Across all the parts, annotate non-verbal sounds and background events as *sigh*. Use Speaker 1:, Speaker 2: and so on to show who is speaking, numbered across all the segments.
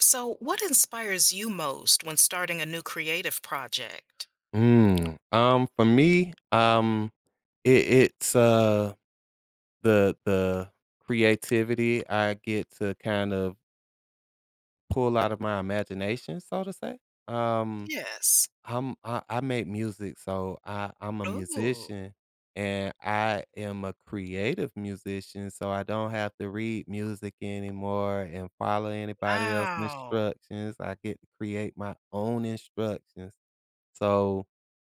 Speaker 1: So, what inspires you most when starting a new creative project?
Speaker 2: For me, it, it's the creativity I get to kind of pull out of my imagination, so to say. Um,
Speaker 1: Yes.
Speaker 2: I make music, so I'm a
Speaker 1: Oh,
Speaker 2: musician, and I am a creative musician, so I don't have to read music anymore and follow anybody else's
Speaker 1: wow.
Speaker 2: instructions. I get to create my own instructions. So,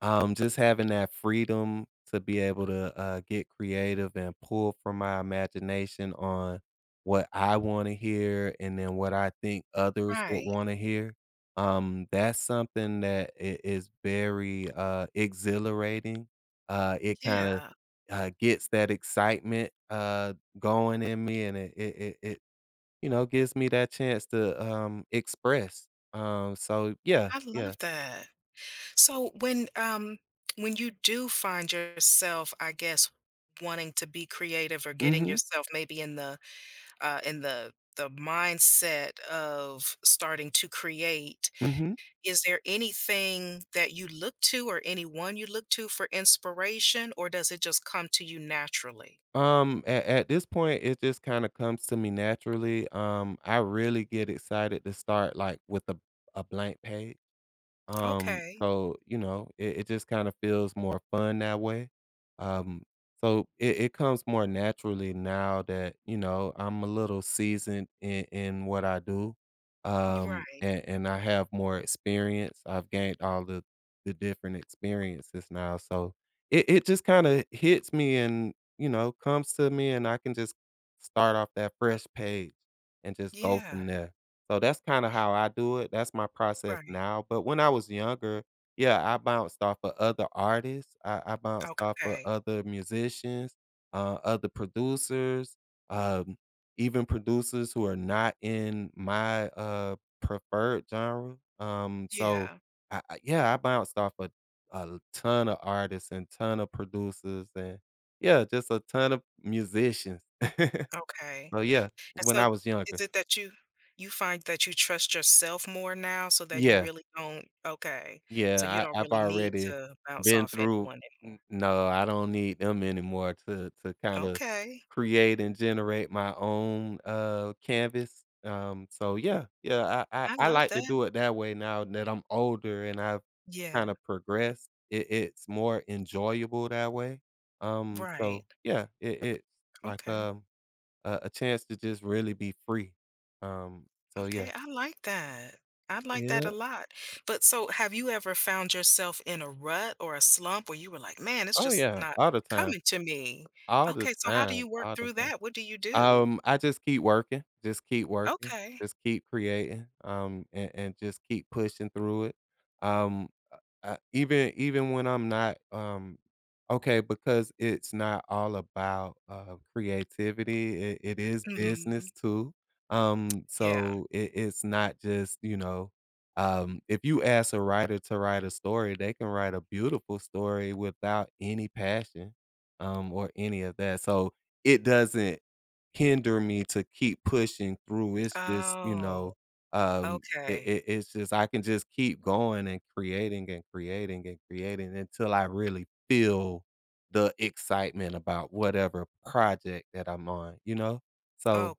Speaker 2: just having that freedom to be able to, get creative and pull from my imagination on what I wanna hear and then what I think others would
Speaker 1: Right.
Speaker 2: wanna hear, that's something that I is very, exhilarating. It kinda,
Speaker 1: Yeah,
Speaker 2: gets that excitement, going in me, and it gives me that chance to, express. So yeah,
Speaker 1: I love
Speaker 2: yeah.
Speaker 1: that. So when you do find yourself, I guess, wanting to be creative or getting
Speaker 2: Mhm,
Speaker 1: yourself maybe in the mindset of starting to create,
Speaker 2: mhm.
Speaker 1: is there anything that you look to or anyone you look to for inspiration, or does it just come to you naturally?
Speaker 2: At this point, it just kind of comes to me naturally. I really get excited to start like with a blank page. Um,
Speaker 1: Okay.
Speaker 2: so, you know, it just kinda feels more fun that way. Um, so it comes more naturally now that I'm a little seasoned in what I do,
Speaker 1: Y right.
Speaker 2: and I have more experience. I've gained all the different experiences now, so it just kinda hits me and comes to me, and I can just start off that fresh page and just go
Speaker 1: Yeah.
Speaker 2: from there. So that's kinda how I do it, that's my process
Speaker 1: Right.
Speaker 2: now, but when I was younger, yeah, I bounced off of other artists, I bounced off of
Speaker 1: Okay.
Speaker 2: other musicians, other producers, um, even producers who are not in my, preferred genre, so
Speaker 1: Yeah.
Speaker 2: I yeah, I bounced off a ton of artists and ton of producers and yeah, just a ton of musicians. *laughs*
Speaker 1: Okay.
Speaker 2: So yeah,
Speaker 1: And
Speaker 2: when
Speaker 1: so
Speaker 2: I was
Speaker 1: is
Speaker 2: younger.
Speaker 1: it that you find that you trust yourself more now so that you
Speaker 2: Yeah.
Speaker 1: really don't okay. So you
Speaker 2: Yeah,
Speaker 1: don't
Speaker 2: I I've
Speaker 1: really need
Speaker 2: already
Speaker 1: to bounce
Speaker 2: been
Speaker 1: off
Speaker 2: through.
Speaker 1: anyone anymore.
Speaker 2: N no, I don't need them anymore to kinda
Speaker 1: Okay.
Speaker 2: create and generate my own, canvas, so yeah, yeah, I I
Speaker 1: I
Speaker 2: I
Speaker 1: love
Speaker 2: like to
Speaker 1: that.
Speaker 2: do it that way now that I'm older and I've
Speaker 1: Yeah.
Speaker 2: kinda progressed, it's more enjoyable that way,
Speaker 1: Right.
Speaker 2: so yeah, it's like,
Speaker 1: Okay.
Speaker 2: a chance to just really be free, um, so yeah.
Speaker 1: Okay, I like that. I like that
Speaker 2: Yeah,
Speaker 1: a lot. But so have you ever found yourself in a rut or a slump where you were like, "Man, it's
Speaker 2: oh
Speaker 1: just
Speaker 2: yeah,
Speaker 1: not
Speaker 2: all the time,
Speaker 1: coming to me."
Speaker 2: all the
Speaker 1: Okay, so how do
Speaker 2: time,
Speaker 1: you work
Speaker 2: all the
Speaker 1: through
Speaker 2: time.
Speaker 1: that? What do you do?
Speaker 2: I just keep working, just keep working,
Speaker 1: Okay.
Speaker 2: just keep creating, and just keep pushing through it. Um, even when I'm not, okay, because it's not all about, creativity, it is business
Speaker 1: Mhm.
Speaker 2: too, um,
Speaker 1: Yeah.
Speaker 2: so it's not just, if you ask a writer to write a story, they can write a beautiful story without any passion, or any of that, so it doesn't hinder me to keep pushing through, it's just, you
Speaker 1: Oh,
Speaker 2: know, um, it
Speaker 1: okay.
Speaker 2: it it's just I can just keep going and creating and creating and creating until I really feel the excitement about whatever project that I'm on, you know? So,
Speaker 1: Oh,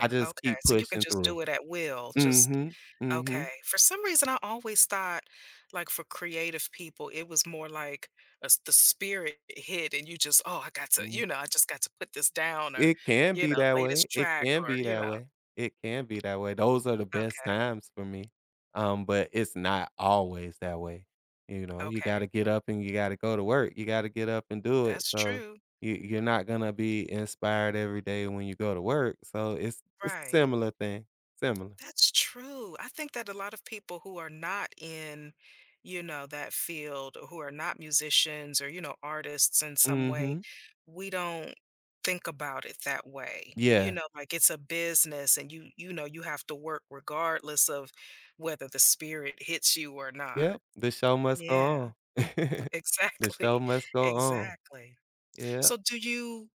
Speaker 2: I just
Speaker 1: Okay.
Speaker 2: keep
Speaker 1: So you can
Speaker 2: pushing
Speaker 1: just
Speaker 2: through.
Speaker 1: do it at will. Just
Speaker 2: Mhm.
Speaker 1: okay.
Speaker 2: Mhm.
Speaker 1: For some reason, I always thought, like, for creative people, it was more like a s the spirit hit, and you just, "Oh, I got to
Speaker 2: Mhm.
Speaker 1: you know, I just got to put this down," or,
Speaker 2: It can be that way,
Speaker 1: "Latest
Speaker 2: it
Speaker 1: track,"
Speaker 2: can
Speaker 1: or,
Speaker 2: be that way, it can be that way, those are the best
Speaker 1: okay.
Speaker 2: times for me, but it's not always that way, you
Speaker 1: Okay.
Speaker 2: gotta get up and you gotta go to work, you gotta get up and do it,
Speaker 1: That's
Speaker 2: so
Speaker 1: true.
Speaker 2: you're not gonna be inspired every day when you go to work, so it's a
Speaker 1: Right.
Speaker 2: similar thing, similar.
Speaker 1: That's true. I think that a lot of people who are not in, you know, that field, or who are not musicians or, you know, artists in some
Speaker 2: Mm,
Speaker 1: way,
Speaker 2: mhm.
Speaker 1: we don't think about it that way. You
Speaker 2: Yeah,
Speaker 1: know, like it's a business and you know, you have to work regardless of whether the spirit hits you or not.
Speaker 2: yep, the show must go
Speaker 1: Yeah,
Speaker 2: on. *laughs*
Speaker 1: *laughs*
Speaker 2: The show
Speaker 1: exactly.
Speaker 2: must go on.
Speaker 1: Exactly.
Speaker 2: Yeah.
Speaker 1: So do you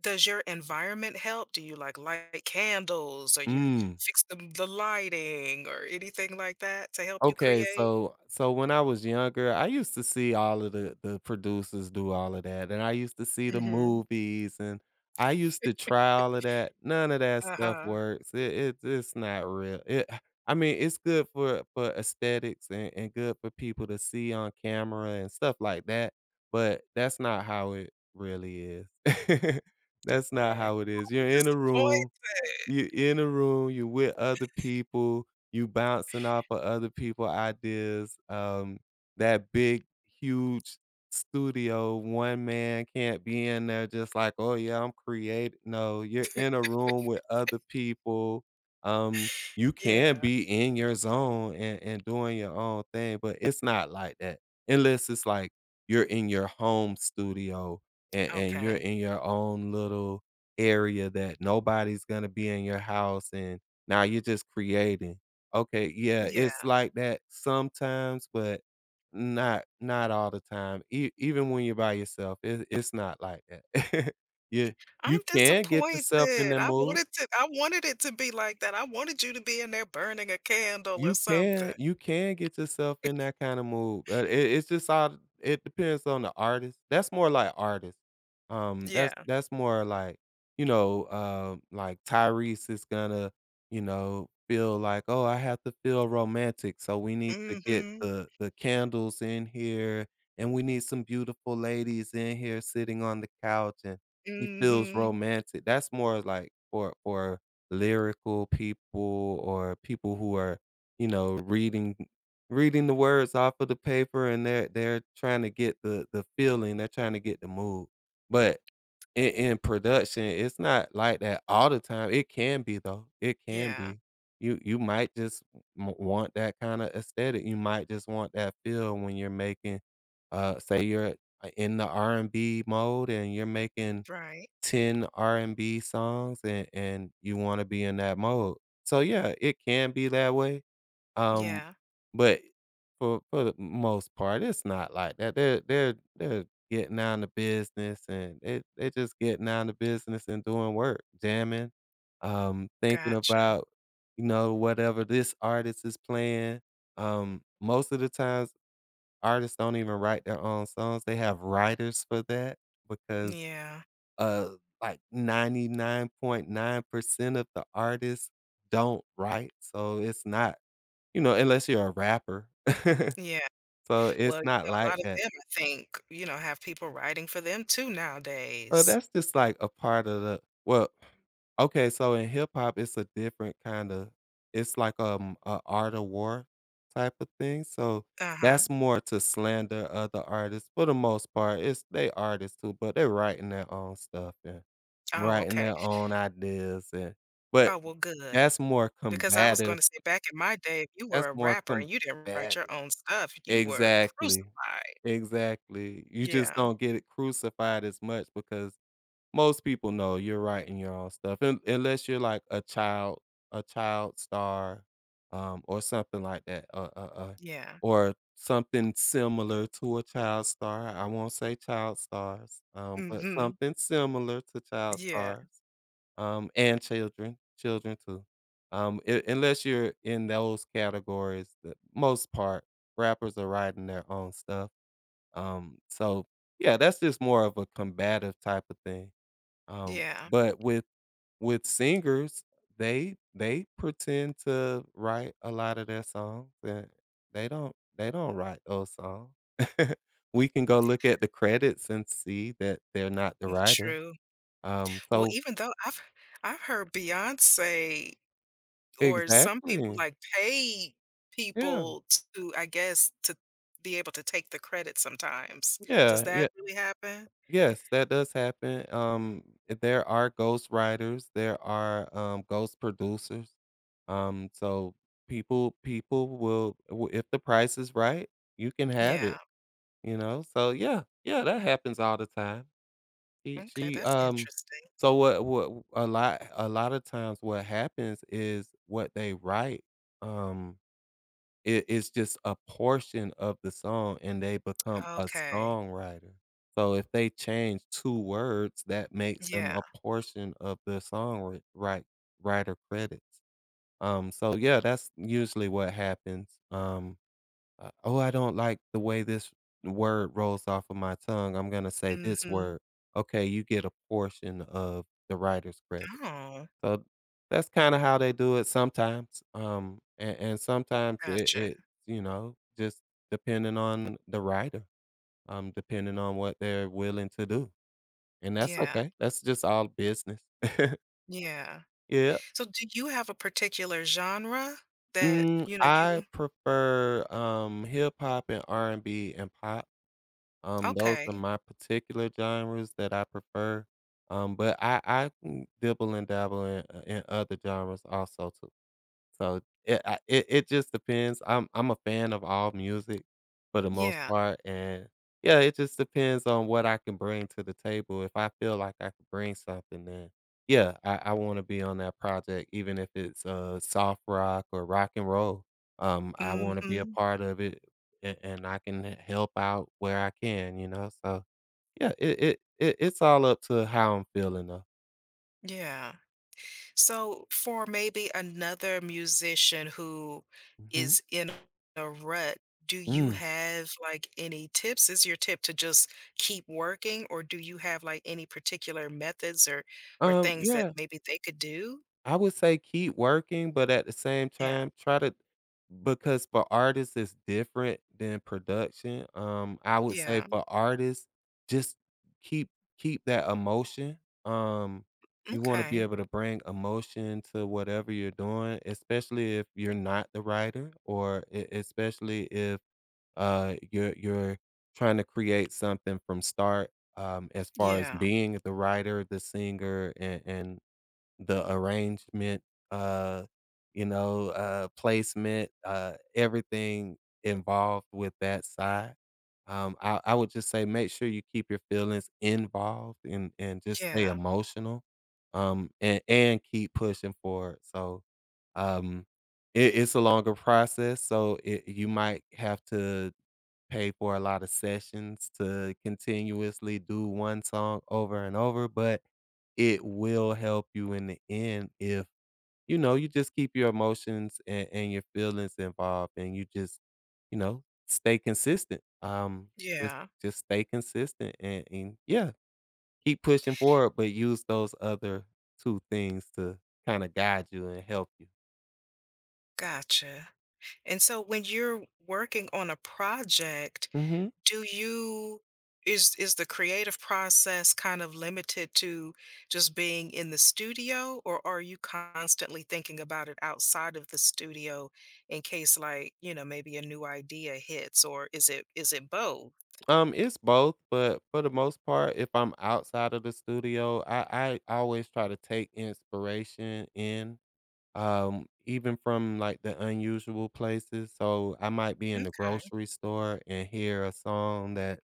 Speaker 1: does your environment help? Do you, like, light candles or you
Speaker 2: Mm.
Speaker 1: fix the lighting or anything like that to help you
Speaker 2: Okay,
Speaker 1: create?
Speaker 2: so when I was younger, I used to see all of the producers do all of that, and I used to see the
Speaker 1: Mhm.
Speaker 2: movies, and I used to try all of that. None of that stuff
Speaker 1: Uh-huh,
Speaker 2: works. It's not real. It I mean, it's good for aesthetics and good for people to see on camera and stuff like that, but that's not how it really is. *laughs* That's not
Speaker 1: okay.
Speaker 2: how it is.
Speaker 1: I'm
Speaker 2: You're in a room
Speaker 1: disappointed.
Speaker 2: you're in a room, you're with other people, you bouncing off of other people ideas, that big, huge studio, one man can't be in there just like, "Oh, yeah, I'm creat." No, you're in a room with other people, um, you can
Speaker 1: Yeah,
Speaker 2: be in your zone and doing your own thing, but it's not like that, unless it's like you're in your home studio and you're
Speaker 1: okay.
Speaker 2: in your own little area that nobody's gonna be in your house and now you're just creating. Okay, yeah, it's
Speaker 1: Yeah.
Speaker 2: like that sometimes, but not all the time. Even when you're by yourself, it's not like that. *laughs* you you
Speaker 1: I'm
Speaker 2: can get
Speaker 1: disappointed.
Speaker 2: yourself in the
Speaker 1: I
Speaker 2: mood.
Speaker 1: wanted to I wanted it to be like that. I wanted you to be in there burning a candle or
Speaker 2: You
Speaker 1: something.
Speaker 2: can you can get yourself in that kind of mood, but it's just all it depends on the artist. That's more like artist. Um, that's
Speaker 1: Yeah.
Speaker 2: that's more like, like Tyrese is gonna, feel like, "Oh, I have to feel romantic, so we need to
Speaker 1: Mm
Speaker 2: get
Speaker 1: mhm,
Speaker 2: the candles in here, and we need some beautiful ladies in here sitting on the couch," and he
Speaker 1: mm
Speaker 2: feels
Speaker 1: mhm.
Speaker 2: romantic. That's more like for lyrical people or people who are you know, reading reading the words off of the paper and they're trying to get the feeling, they're trying to get the mood. But in production, it's not like that all the time. It can be though. It can
Speaker 1: Yeah,
Speaker 2: be. You might just want that kind of aesthetic. You might just want that feel when you're making say you're in the R&B mode and you're making
Speaker 1: right.
Speaker 2: 10 R&B songs and you want to be in that mode. So yeah, it can be that way um,
Speaker 1: Yeah,
Speaker 2: but for the most part, it's not like that. They're getting down to business, and they just getting down to business and doing work, jamming, thinking
Speaker 1: gotcha.
Speaker 2: about whatever this artist is playing. Most of the times, artists don't even write their own songs. They have writers for that because
Speaker 1: Yeah,
Speaker 2: uh, like 99.9% of the artists don't write, so it's not, unless you're a rapper. *laughs*
Speaker 1: yeah.
Speaker 2: So, it's
Speaker 1: Well, you
Speaker 2: not
Speaker 1: know, a
Speaker 2: like
Speaker 1: lot of
Speaker 2: that.
Speaker 1: them, I think, you know, have people writing for them too
Speaker 2: So,
Speaker 1: nowadays.
Speaker 2: that's just, like, a part of the — well, okay, so in hip hop, it's a different kinda — it's like, a art of war type of thing, so
Speaker 1: Uh-huh.
Speaker 2: that's more to slander other artists. For the most part, it's they artists too, but they're writing their own stuff and
Speaker 1: Oh,
Speaker 2: writing
Speaker 1: okay.
Speaker 2: their own ideas and but
Speaker 1: Oh, well, good.
Speaker 2: that's more
Speaker 1: Because I was
Speaker 2: combative.
Speaker 1: gonna say back in my day, if you were
Speaker 2: That's
Speaker 1: a
Speaker 2: more
Speaker 1: rapper and you didn't write your
Speaker 2: combative.
Speaker 1: own stuff, you were
Speaker 2: Exactly.
Speaker 1: crucified.
Speaker 2: Exactly. You just
Speaker 1: Yeah.
Speaker 2: don't get it crucified as much because most people know you're writing your own stuff un unless you're like a child star, or something like that,
Speaker 1: Yeah.
Speaker 2: or something similar to a child star. I won't say child stars, but
Speaker 1: Mhm.
Speaker 2: something similar to child
Speaker 1: Yeah.
Speaker 2: stars, and children, children too. U unless you're in those categories, the most part, rappers are writing their own stuff. So yeah, that's just more of a combative type of thing.
Speaker 1: Yeah.
Speaker 2: But with singers, they pretend to write a lot of their songs and they don't write those songs. *laughs* We can go look at the credits and see that they're not the
Speaker 1: Well,
Speaker 2: writer.
Speaker 1: true.
Speaker 2: Um,
Speaker 1: Well,
Speaker 2: so
Speaker 1: even though I've heard Beyonce. Or some people,
Speaker 2: exactly.
Speaker 1: like, pay
Speaker 2: Yeah.
Speaker 1: people to, I guess, to be able to take the credit sometimes. Does
Speaker 2: Yeah.
Speaker 1: that
Speaker 2: Yeah.
Speaker 1: really happen?
Speaker 2: Yes, that does happen. There are ghost writers, there are ghost producers. So people will if the price is right, you can have
Speaker 1: Yeah.
Speaker 2: it. So yeah, yeah, that happens all the time.
Speaker 1: Okay,
Speaker 2: She
Speaker 1: that's interesting.
Speaker 2: so what a lot of times what happens is what they write. Um it's just a portion of the song, and they become a
Speaker 1: Okay.
Speaker 2: songwriter. So if they change 2 words, that makes them
Speaker 1: Yeah.
Speaker 2: a portion of the song writer credits. So yeah, that's usually what happens. "Oh, I don't like the way this word rolls off of my tongue. I'm gonna say this
Speaker 1: Mhm.
Speaker 2: word." Okay, you get a portion of the writer's credit.
Speaker 1: Oh,
Speaker 2: So that's kinda how they do it sometimes, and sometimes it
Speaker 1: gotcha.
Speaker 2: it you know, just depending on the writer, depending on what they're willing to do, and that's
Speaker 1: Yeah,
Speaker 2: okay. That's just all business. *laughs*
Speaker 1: yeah.
Speaker 2: Yeah.
Speaker 1: So do you have a particular genre that,
Speaker 2: Mm,
Speaker 1: you know,
Speaker 2: I
Speaker 1: you
Speaker 2: prefer, hip hop and R&B and B and pop. Those are
Speaker 1: okay.
Speaker 2: my particular genres that I prefer, but dibble and dabble in other genres also too. So, it just depends. I'm a fan of all music for the most
Speaker 1: Yeah.
Speaker 2: part, and, yeah, it just depends on what I can bring to the table. If I feel like I can bring something, then, yeah, I wanna be on that project even if it's, soft rock or rock and roll. I wanna be a
Speaker 1: Mhm.
Speaker 2: part of it, and I can h help out where I can, you know? So, yeah, it's all up to how I'm feeling, though.
Speaker 1: Yeah. So, for maybe another musician who
Speaker 2: Mhm.
Speaker 1: is in a rut, do you
Speaker 2: Mm.
Speaker 1: have like any tips? Is your tip to just keep working, or do you have like any particular methods or things that
Speaker 2: Yeah.
Speaker 1: maybe they could do?
Speaker 2: I would say keep working, but at the same
Speaker 1: Yeah,
Speaker 2: time, try to because for artists it's different than production. I would say
Speaker 1: yeah,
Speaker 2: for artists, just keep keep that emotion. Um, you want to be
Speaker 1: okay,
Speaker 2: able to bring emotion to whatever you're doing, especially if you're not the writer, or especially if you're trying to create something from start. As far as
Speaker 1: yeah,
Speaker 2: being the writer, the singer, and the arrangement, uh, placement, everything involved with that side. I would just say make sure you keep your feelings involved and just stay
Speaker 1: yeah,
Speaker 2: emotional, and keep pushing forward. So, um, it's a longer process, so you might have to pay for a lot of sessions to continuously do one song over and over, but it will help you in the end if you just keep your emotions and your feelings involved and you just stay consistent. Just
Speaker 1: yeah.
Speaker 2: just stay consistent and, yeah, keep pushing forward, but use those other two things to kind of guide you and help you.
Speaker 1: Gotcha. And so, when you're working on a project,
Speaker 2: hmm
Speaker 1: do you is the creative process kind of limited to just being in the studio, or are you constantly thinking about it outside of the studio in case, like, maybe a new idea hits, or is it both?
Speaker 2: It's both, but for the most part, if I'm outside of the studio, I always try to take inspiration in even from, like, the unusual places, so I might be in the
Speaker 1: Okay.
Speaker 2: grocery store and hear a song that,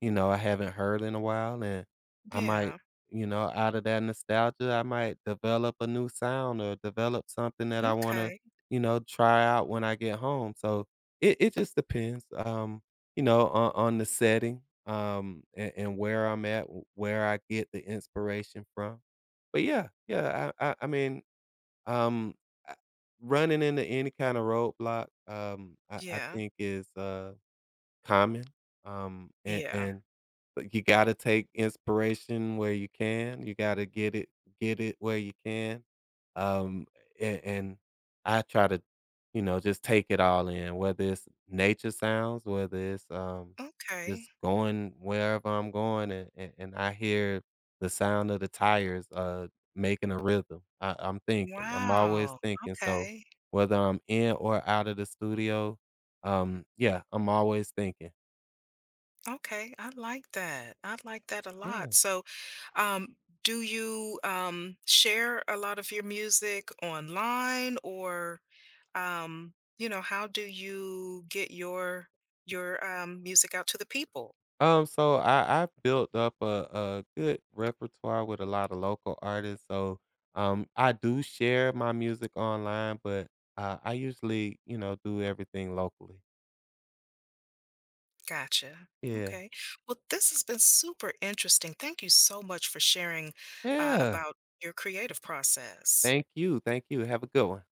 Speaker 2: you know, I haven't heard in a while, and I might,
Speaker 1: Yeah,
Speaker 2: you know, out of that nostalgia, I might develop a new sound or develop something that I wanna,
Speaker 1: okay.
Speaker 2: you know, try out when I get home, so it just depends, on the setting, and where I'm at, where I get the inspiration from. But yeah, yeah, I mean um, uh, running into any kind of roadblock, I
Speaker 1: Yeah,
Speaker 2: think is, common,
Speaker 1: yeah,
Speaker 2: and but you gotta take inspiration where you can. You gotta get it where you can. Um, and I try to just take it all in, whether it's nature sounds, whether it's just
Speaker 1: okay.
Speaker 2: going wherever I'm going, and I hear the sound of the tires making a rhythm. I'm thinking. I'm always
Speaker 1: Wow,
Speaker 2: thinking. So
Speaker 1: okay.
Speaker 2: whether I'm in or out of the studio, yeah, I'm always thinking.
Speaker 1: Okay, I like that. I like that a
Speaker 2: Yeah.
Speaker 1: lot. So, um, do you share a lot of your music online, or um, how do you get your your music out to the people?
Speaker 2: So I built up a good repertoire with a lot of local artists. So I do share my music online, but I usually do everything locally.
Speaker 1: Gotcha.
Speaker 2: Yeah,
Speaker 1: Okay. Well, this has been super interesting. Thank you so much for sharing
Speaker 2: yeah.
Speaker 1: about your creative process.
Speaker 2: Thank you, thank you. Have a good one.